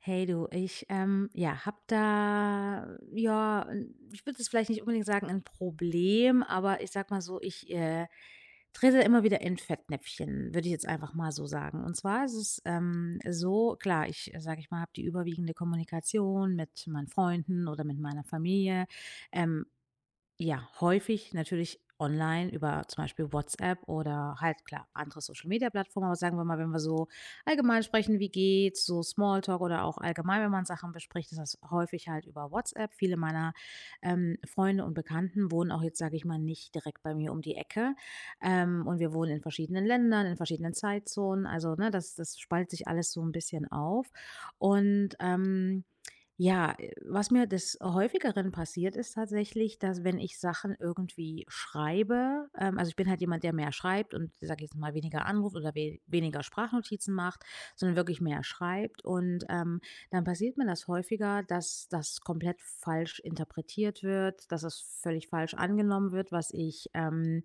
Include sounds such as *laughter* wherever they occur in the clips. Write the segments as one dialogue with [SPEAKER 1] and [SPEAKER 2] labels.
[SPEAKER 1] Hey du, ich, ja, habe da, ja, 'n ich würde es vielleicht nicht unbedingt sagen, ein Problem, aber ich sag mal so, ich trete immer wieder in Fettnäpfchen, würde ich jetzt einfach mal so sagen. Und zwar ist es, so, klar, ich, sage ich mal, habe die überwiegende Kommunikation mit meinen Freunden oder mit meiner Familie, ähm ja, häufig natürlich online über zum Beispiel WhatsApp oder halt klar andere Social-Media-Plattformen. Aber sagen wir mal, wenn wir so allgemein sprechen, wie geht's, so Smalltalk oder auch allgemein, wenn man Sachen bespricht, ist das häufig halt über WhatsApp. Viele meiner Freunde und Bekannten wohnen auch jetzt, sage ich mal, nicht direkt bei mir um die Ecke. Und wir wohnen in verschiedenen Ländern, in verschiedenen Zeitzonen. Also ne, das spaltet sich alles so ein bisschen auf. Und ja, was mir des Häufigeren passiert, ist tatsächlich, dass wenn ich Sachen irgendwie schreibe, also, ich bin halt jemand, der mehr schreibt und, sage ich jetzt mal, weniger anruft oder we weniger Sprachnotizen macht, sondern wirklich mehr schreibt. Und, dann passiert mir das häufiger, dass das komplett falsch interpretiert wird, dass es völlig falsch angenommen wird, was ich,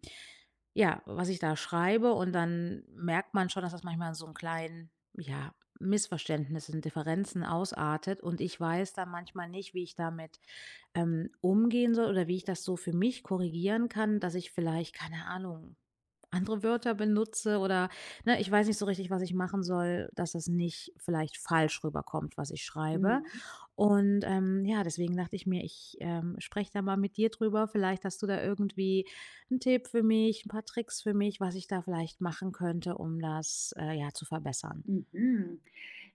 [SPEAKER 1] ja, was ich da schreibe, und dann merkt man schon, dass das manchmal in so einem kleinen, ja, Missverständnissen, Differenzen ausartet, und ich weiß dann manchmal nicht, wie ich damit, umgehen soll, oder wie ich das so für mich korrigieren kann, dass ich vielleicht, keine Ahnung, andere Wörter benutze oder, ne, ich weiß nicht so richtig, was ich machen soll, dass das nicht vielleicht falsch rüberkommt, was ich schreibe.
[SPEAKER 2] Mhm.
[SPEAKER 1] Und, ja, deswegen dachte ich mir, ich, spreche da mal mit dir drüber. Vielleicht hast du da irgendwie 'n Tipp für mich, ein paar Tricks für mich, was ich da vielleicht machen könnte, um das, ja, zu verbessern.
[SPEAKER 2] Mhm.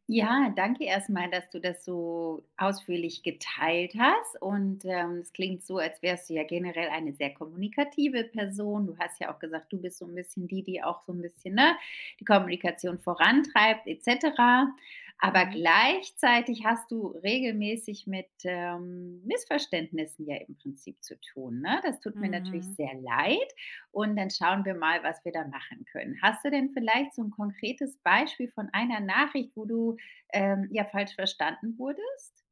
[SPEAKER 2] Ja, danke erstmal, dass du das so ausführlich geteilt hast und, es klingt so, als wärst du ja generell eine sehr kommunikative Person. Du hast ja auch gesagt, du bist so ein bisschen die, die auch so ein bisschen, ne, die Kommunikation vorantreibt et cetera. Aber
[SPEAKER 1] Mhm,
[SPEAKER 2] gleichzeitig hast du regelmäßig mit, Missverständnissen ja im Prinzip zu tun, ne? Das tut mir natürlich
[SPEAKER 1] mhm.
[SPEAKER 2] sehr leid und dann schauen wir mal, was wir da machen können. Hast du denn vielleicht so ein konkretes Beispiel von einer Nachricht, wo du ja, falsch verstanden wurdest?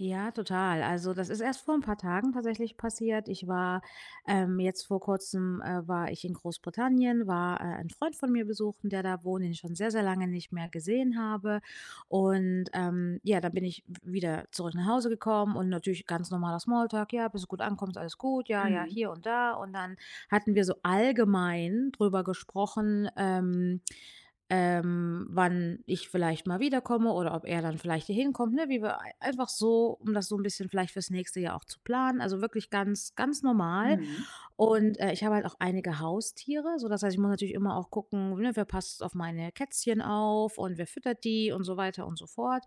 [SPEAKER 1] Ja, total. Also, das ist erst vor ein paar Tagen tatsächlich passiert. Ich war, jetzt vor Kurzem, war ich in Großbritannien, war, einen Freund von mir besuchen, der da wohnt, den ich schon sehr, sehr lange nicht mehr gesehen habe. Und, ja, dann bin ich wieder zurück nach Hause gekommen, und natürlich ganz normaler Smalltalk: „Ja, bist du gut ankommst, alles gut? Ja, ja,
[SPEAKER 2] Mhm.
[SPEAKER 1] hier und da.“ Und dann hatten wir so allgemein drüber gesprochen, wann ich vielleicht mal wiederkomme, oder ob er dann vielleicht hier hinkommt, ne? Wie wir ei einfach so, um das so ein bisschen vielleicht fürs nächste Jahr auch zu planen. Also, wirklich ganz ganz normal.
[SPEAKER 2] Mhm.
[SPEAKER 1] Und, ich habe halt auch einige Haustiere, so das heißt, ich muss natürlich immer auch gucken, ne, wer passt auf meine Kätzchen auf, und wer füttert die und so weiter und so fort.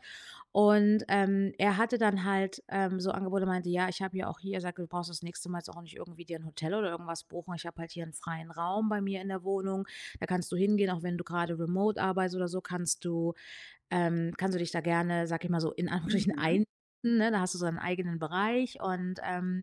[SPEAKER 1] Und, er hatte dann halt, so Angebote, meinte: „Ja, ich habe ja auch hier“ er sagte: „Du brauchst das nächste Mal jetzt auch nicht irgendwie dir ein Hotel oder irgendwas buchen. Ich habe halt hier einen freien Raum bei mir in der Wohnung. Da kannst du hingehen, auch wenn du gerade remote arbeitest oder so, kannst du dich da gerne, sag ich mal so, in Anführungsstrichen *laughs*
[SPEAKER 2] Mhm.
[SPEAKER 1] einmieten, ne? Da hast du so einen eigenen Bereich und,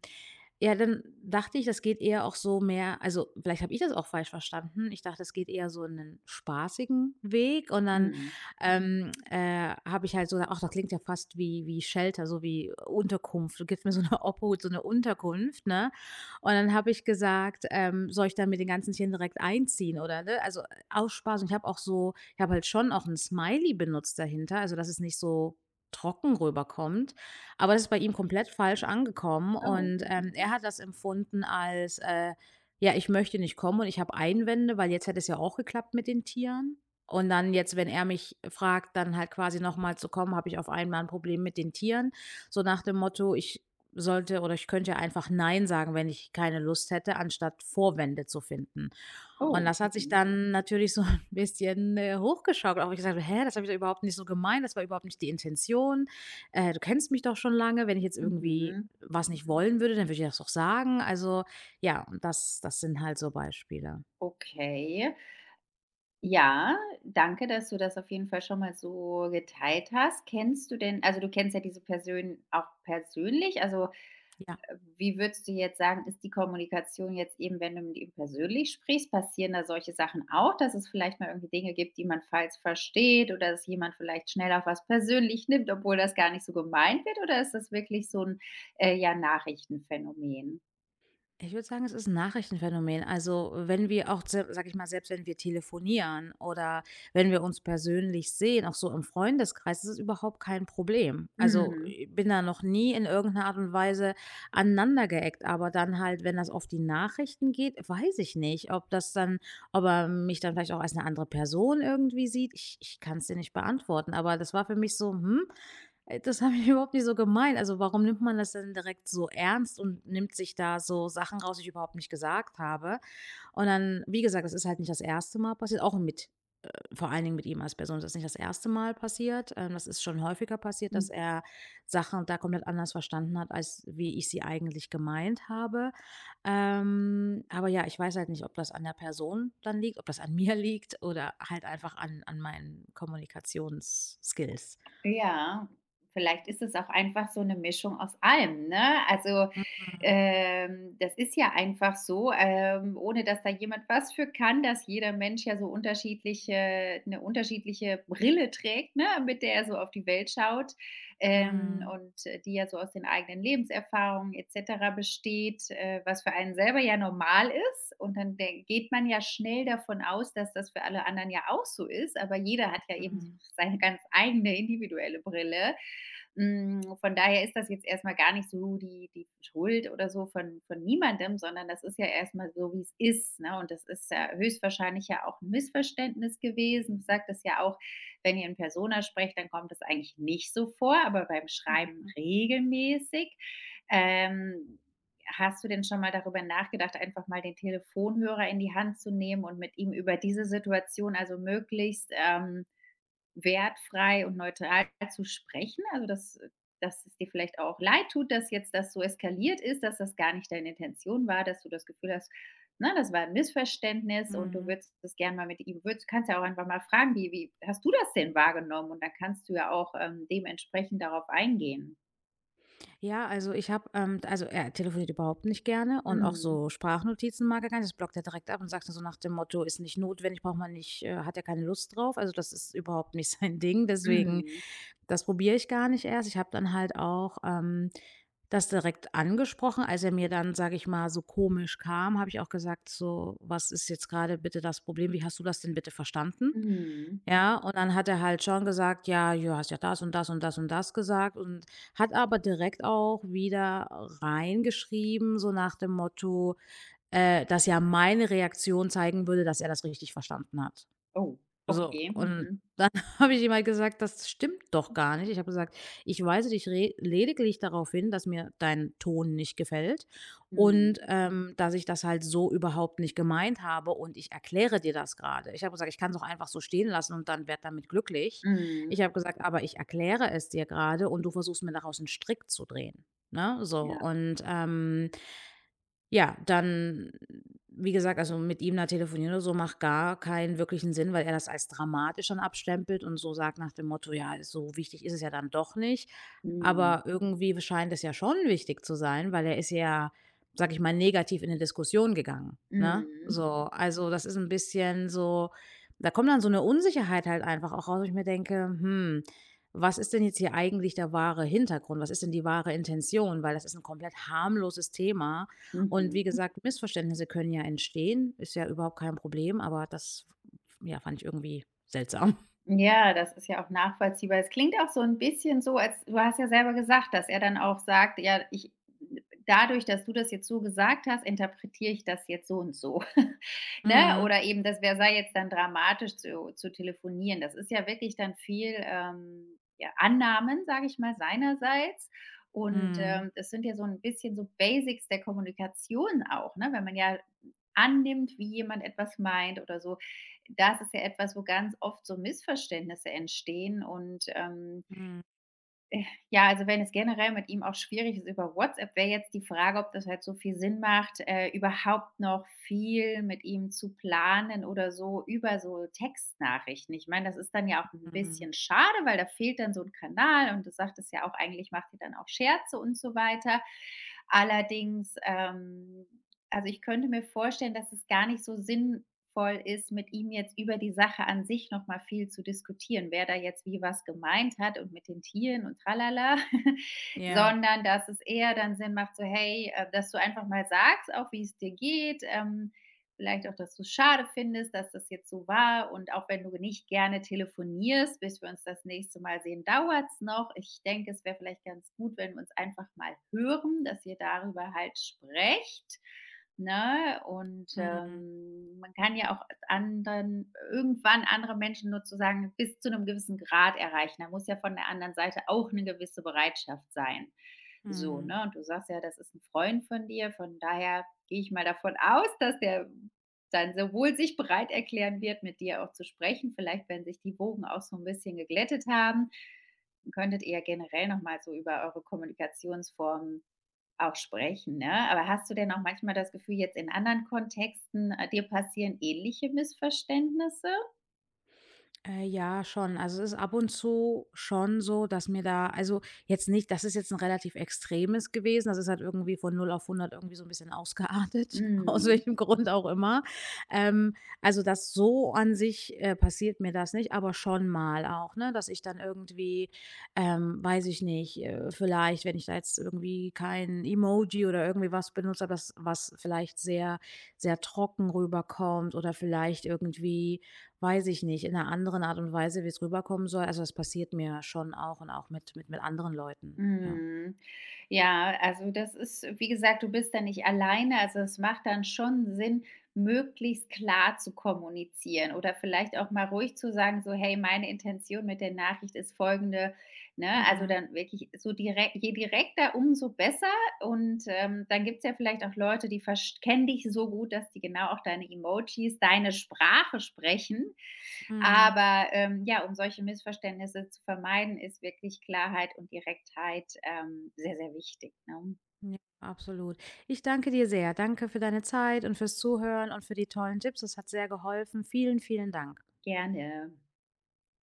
[SPEAKER 1] ja, dann dachte ich, das geht eher auch so mehr also, vielleicht habe ich das auch falsch verstanden. Ich dachte, es geht eher so in 'nen spaßigen Weg, und dann,
[SPEAKER 2] Mhm.
[SPEAKER 1] habe ich halt so gedacht: „Ach, das klingt ja fast wie Shelter, so wie Unterkunft. Du gibst mir so eine *laughs* Obhut, so eine Unterkunft“, ne? Und dann habe ich gesagt, „Soll ich dann mit den ganzen Tieren direkt einziehen oder“, ne? Also, aus Spaß, und ich habe auch so ich habe halt schon auch ein Smiley benutzt dahinter, also, dass es nicht so trocken rüberkommt. Aber das ist bei ihm komplett falsch angekommen
[SPEAKER 2] Oh.
[SPEAKER 1] und, er
[SPEAKER 2] Mhm.
[SPEAKER 1] hat das empfunden als, ja, ich möchte nicht kommen, und ich habe Einwände, weil jetzt hätte es ja auch geklappt mit den Tieren. Und dann jetzt, wenn er mich fragt, dann halt quasi nochmal zu kommen, habe ich auf einmal ein Problem mit den Tieren. So nach dem Motto, ich sollte, oder ich könnte ja einfach nein sagen, wenn ich keine Lust hätte, anstatt Vorwände zu finden. Und
[SPEAKER 2] Oh.
[SPEAKER 1] das hat sich
[SPEAKER 2] Mhm.
[SPEAKER 1] dann natürlich so *laughs* ein bisschen, hochgeschaukelt, auch wo ich gesagt habe: „Hä, das habe ich doch überhaupt nicht so gemeint, das war überhaupt nicht die Intention.“ du kennst mich doch schon lange. Wenn ich jetzt irgendwie
[SPEAKER 2] Mhm.
[SPEAKER 1] was nicht wollen würde, dann würde ich das doch sagen. Also, ja, und das sind halt so Beispiele.
[SPEAKER 2] Okay. Ja, danke, dass du das auf jeden Fall schon mal so geteilt hast. Kennst du denn also, du kennst ja diese Person auch persönlich? Also,
[SPEAKER 1] Ja.
[SPEAKER 2] wie würdest du jetzt sagen, ist die Kommunikation jetzt eben, wenn du mit ihm persönlich sprichst, passieren da solche Sachen auch, dass es vielleicht mal irgendwie Dinge gibt, die man falsch versteht oder dass jemand vielleicht schnell auf was persönlich nimmt, obwohl das gar nicht so gemeint wird? Oder ist das wirklich so ein ja, Nachrichtenphänomen?
[SPEAKER 1] Ich würde sagen, es ist 'n Nachrichtenphänomen. Also, wenn wir auch se sage ich mal, selbst wenn wir telefonieren, oder wenn wir uns persönlich sehen, auch so im Freundeskreis, ist es überhaupt kein Problem. Also,
[SPEAKER 2] Mhm.
[SPEAKER 1] ich bin da noch nie in irgendeiner Art und Weise aneinandergeeckt, aber dann halt, wenn das auf die Nachrichten geht, weiß ich nicht, ob das dann ob er mich dann vielleicht auch als eine andere Person irgendwie sieht. Ich kann es dir nicht beantworten, aber das war für mich so: „Hm, das habe ich *laughs* überhaupt nicht so gemeint. Also, warum nimmt man das denn direkt so ernst und nimmt sich da so Sachen raus, die ich überhaupt nicht gesagt habe? Und dann, wie gesagt, das ist halt nicht das erste Mal passiert, auch mit vor allen Dingen mit ihm als Person ist nicht das erste Mal passiert. Das ist schon häufiger passiert, dass er Sachen da komplett anders verstanden hat, als wie ich sie eigentlich gemeint habe. Aber ja, ich weiß halt nicht, ob das an der Person dann liegt, ob das an *laughs* mir liegt, oder halt einfach an meinen Kommunikationsskills.
[SPEAKER 2] Ja, vielleicht ist es auch einfach so eine Mischung aus allem, ne? Also, das ist ja einfach so, ohne dass da jemand was für kann, dass jeder Mensch ja so unterschiedliche eine unterschiedliche Brille trägt, ne, mit der er so auf die Welt schaut
[SPEAKER 1] Mhm.
[SPEAKER 2] und die ja so aus den eigenen Lebenserfahrungen etc. besteht, was für einen selber ja normal ist. Und dann geht man ja schnell davon aus, dass das für alle anderen ja auch so ist. Aber jeder hat ja eben
[SPEAKER 1] Mhm.
[SPEAKER 2] *laughs* seine ganz eigene individuelle Brille. Mm, von daher ist das jetzt erstmal gar nicht so die, die Schuld oder so von niemandem, sondern das ist ja erstmal so, wie es ist. Ne? Und das ist ja höchstwahrscheinlich ja auch ein Missverständnis gewesen. Du sagtest ja auch, wenn ihr in Persona sprecht, dann kommt es eigentlich nicht so vor, aber beim Schreiben
[SPEAKER 1] Mhm.
[SPEAKER 2] regelmäßig. Ähm, hast du denn schon mal darüber nachgedacht, einfach mal den Telefonhörer in die Hand zu nehmen und mit ihm über diese Situation, also möglichst wertfrei und neutral zu sprechen. Also, dass dass es dir vielleicht auch leid tut, dass jetzt das so eskaliert ist, dass das gar nicht deine Intention war, dass du das Gefühl hast, ne, das war ein Missverständnis und du
[SPEAKER 1] Mhm.
[SPEAKER 2] würdest das gerne mal mit ihm, würdest, kannst ja auch einfach mal fragen, wie, wie hast du das denn wahrgenommen? Und dann kannst du ja auch dementsprechend darauf eingehen.
[SPEAKER 1] Ja, also ich habe, also er telefoniert überhaupt nicht gerne, und auch
[SPEAKER 2] Mhm.
[SPEAKER 1] so Sprachnotizen mag er gar nicht. Das blockt er direkt ab und sagt dann so nach dem Motto, ist nicht notwendig, braucht man nicht, hat er keine Lust drauf. Also das ist überhaupt nicht *laughs* sein Ding. Deswegen
[SPEAKER 2] Mhm.
[SPEAKER 1] das probiere ich gar nicht erst. Ich habe dann halt auch, das direkt angesprochen. Als er mir dann, sage ich mal, so komisch kam, habe ich auch gesagt, so, was ist jetzt gerade bitte das Problem? Wie hast du das denn bitte verstanden?
[SPEAKER 2] Mhm.
[SPEAKER 1] Ja, und dann hat er halt schon gesagt, ja, du hast ja das und das und das und das gesagt, und hat aber direkt auch wieder reingeschrieben, so nach dem Motto, dass ja meine Reaktion zeigen würde, dass er das richtig verstanden hat.
[SPEAKER 2] Oh,
[SPEAKER 1] So,
[SPEAKER 2] okay.
[SPEAKER 1] und
[SPEAKER 2] Mhm.
[SPEAKER 1] dann *laughs* habe ich ihm halt gesagt: „Das stimmt doch gar nicht.“ Ich habe gesagt: „Ich weise dich re lediglich darauf hin, dass mir dein Ton nicht gefällt
[SPEAKER 2] Mhm.
[SPEAKER 1] und, dass ich das halt so überhaupt nicht gemeint habe, und ich erkläre dir das gerade Ich habe gesagt: „Ich kann es auch einfach so stehen lassen und dann werd damit glücklich.“ Ich
[SPEAKER 2] Mhm.
[SPEAKER 1] habe gesagt: „Aber ich erkläre es dir gerade, und du versuchst mir daraus 'n Strick zu drehen“, ne? So
[SPEAKER 2] Ja.
[SPEAKER 1] und, ja, dann, wie gesagt, also mit ihm da telefonieren oder so macht gar keinen wirklichen Sinn, weil er das als dramatisch dann abstempelt und so sagt nach dem Motto: „Ja, so wichtig ist es ja dann doch nicht.“
[SPEAKER 2] Mhm.
[SPEAKER 1] Aber irgendwie scheint es ja schon wichtig zu sein, weil er ist ja, sage ich mal, negativ in 'ne Diskussion gegangen, ne?
[SPEAKER 2] Mhm.
[SPEAKER 1] So, also das ist ein bisschen so da kommt dann so eine Unsicherheit halt einfach auch raus, wo ich mir denke: „Hm, was ist denn jetzt hier eigentlich der wahre Hintergrund? Was ist denn die wahre Intention?“ Weil das ist ein komplett harmloses Thema, und wie
[SPEAKER 2] Mhm.
[SPEAKER 1] gesagt, Missverständnisse können ja entstehen, ist ja überhaupt kein Problem, aber das, ja, fand ich irgendwie seltsam.
[SPEAKER 2] Ja, das ist ja auch nachvollziehbar. Es klingt auch so ein bisschen so, als du hast ja selber gesagt, dass er dann auch sagt: „Ja, ich dadurch, dass du das jetzt so gesagt hast, interpretiere ich das jetzt so und so.“ *laughs* Ne?
[SPEAKER 1] Mhm.
[SPEAKER 2] Oder eben, das wäre sei jetzt dann dramatisch zu telefonieren. Das ist ja wirklich dann viel, ja, Annahmen, sage ich mal, seinerseits. Und,
[SPEAKER 1] Mhm.
[SPEAKER 2] das sind ja so ein bisschen so Basics der Kommunikation auch, ne? Wenn man ja annimmt, wie jemand etwas meint oder so das ist ja etwas, wo ganz oft so Missverständnisse entstehen. Und
[SPEAKER 1] Mhm.
[SPEAKER 2] ja, also wenn es generell mit ihm auch schwierig ist über WhatsApp, wäre jetzt die Frage, ob das halt so viel Sinn macht, überhaupt noch viel mit ihm zu planen oder so über so Textnachrichten. Ich meine, das ist dann ja auch ein
[SPEAKER 1] Mhm.
[SPEAKER 2] bisschen schade, weil da fehlt dann so ein Kanal und du sagtest ja auch, eigentlich macht ihr dann auch Scherze und so weiter. Allerdings, also ich könnte mir vorstellen, dass es gar nicht so sinnvoll ist, mit ihm jetzt über die Sache an sich noch mal viel zu diskutieren, wer da jetzt wie was gemeint hat und mit den Tieren und tralala, *laughs*
[SPEAKER 1] Ja.
[SPEAKER 2] sondern dass es eher dann Sinn macht, so hey, dass du einfach mal sagst, auch wie es dir geht, vielleicht auch, dass du es schade findest, dass das jetzt so war und auch wenn du nicht gerne telefonierst, bis wir uns das nächste Mal sehen, dauert es noch. Ich denke, es wäre vielleicht ganz gut, wenn wir uns einfach mal hören, dass ihr darüber halt sprecht. Ne? Und,
[SPEAKER 1] Mhm.
[SPEAKER 2] man kann ja auch andere Menschen nur zu sagen bis zu einem gewissen Grad erreichen. Da muss ja von der anderen Seite auch eine gewisse Bereitschaft sein. So,
[SPEAKER 1] Mhm.
[SPEAKER 2] ne? Und du sagst ja, das ist ein Freund von dir, von daher gehe ich mal davon aus, dass der dann sowohl sich bereit erklären wird, mit dir auch zu sprechen. Vielleicht, wenn sich die Wogen auch so ein bisschen geglättet haben, könntet ihr generell noch mal so über eure Kommunikationsformen auch sprechen, ne? Aber hast du denn auch manchmal das Gefühl, jetzt in anderen Kontexten, dir passieren ähnliche Missverständnisse?
[SPEAKER 1] Ja, schon. Also, es ist ab und zu schon so, dass mir da also, jetzt nicht das ist jetzt ein relativ extremes gewesen. Das ist halt irgendwie von 0 auf 100 irgendwie so ein bisschen ausgeartet, *laughs* aus
[SPEAKER 2] Mhm.
[SPEAKER 1] welchem Grund auch immer. Ähm, also, das so an sich, passiert mir das nicht, aber schon mal auch, ne, dass ich dann irgendwie, weiß ich nicht, vielleicht, wenn ich da jetzt irgendwie kein Emoji oder irgendwie was benutzt habe, das was vielleicht sehr, sehr trocken rüberkommt, oder vielleicht irgendwie weiß ich nicht, in einer anderen Art und Weise, wie es rüberkommen soll. Also, das passiert mir schon auch, und auch mit mit anderen Leuten, ja.
[SPEAKER 2] Mhm. Ja, also das ist wie gesagt, du bist da nicht alleine. Also, es macht dann schon Sinn, möglichst klar zu kommunizieren oder vielleicht auch mal ruhig zu sagen, so: „Hey, meine Intention mit der Nachricht ist folgende“, ne? Also,
[SPEAKER 1] Mhm,
[SPEAKER 2] dann wirklich so direkt, je direkter, umso besser, und, dann gibt's ja vielleicht auch Leute, die verst kennen dich so gut, dass die genau auch deine Emojis, deine Sprache sprechen.
[SPEAKER 1] mhm.
[SPEAKER 2] Aber, ja, um solche Missverständnisse zu vermeiden, ist wirklich Klarheit und Direktheit, sehr, sehr wichtig, ne?
[SPEAKER 1] Ja, absolut. Ich danke dir sehr. Danke für deine Zeit und fürs Zuhören und für die tollen Tipps. Das hat sehr geholfen. Vielen, vielen Dank.
[SPEAKER 2] Gerne.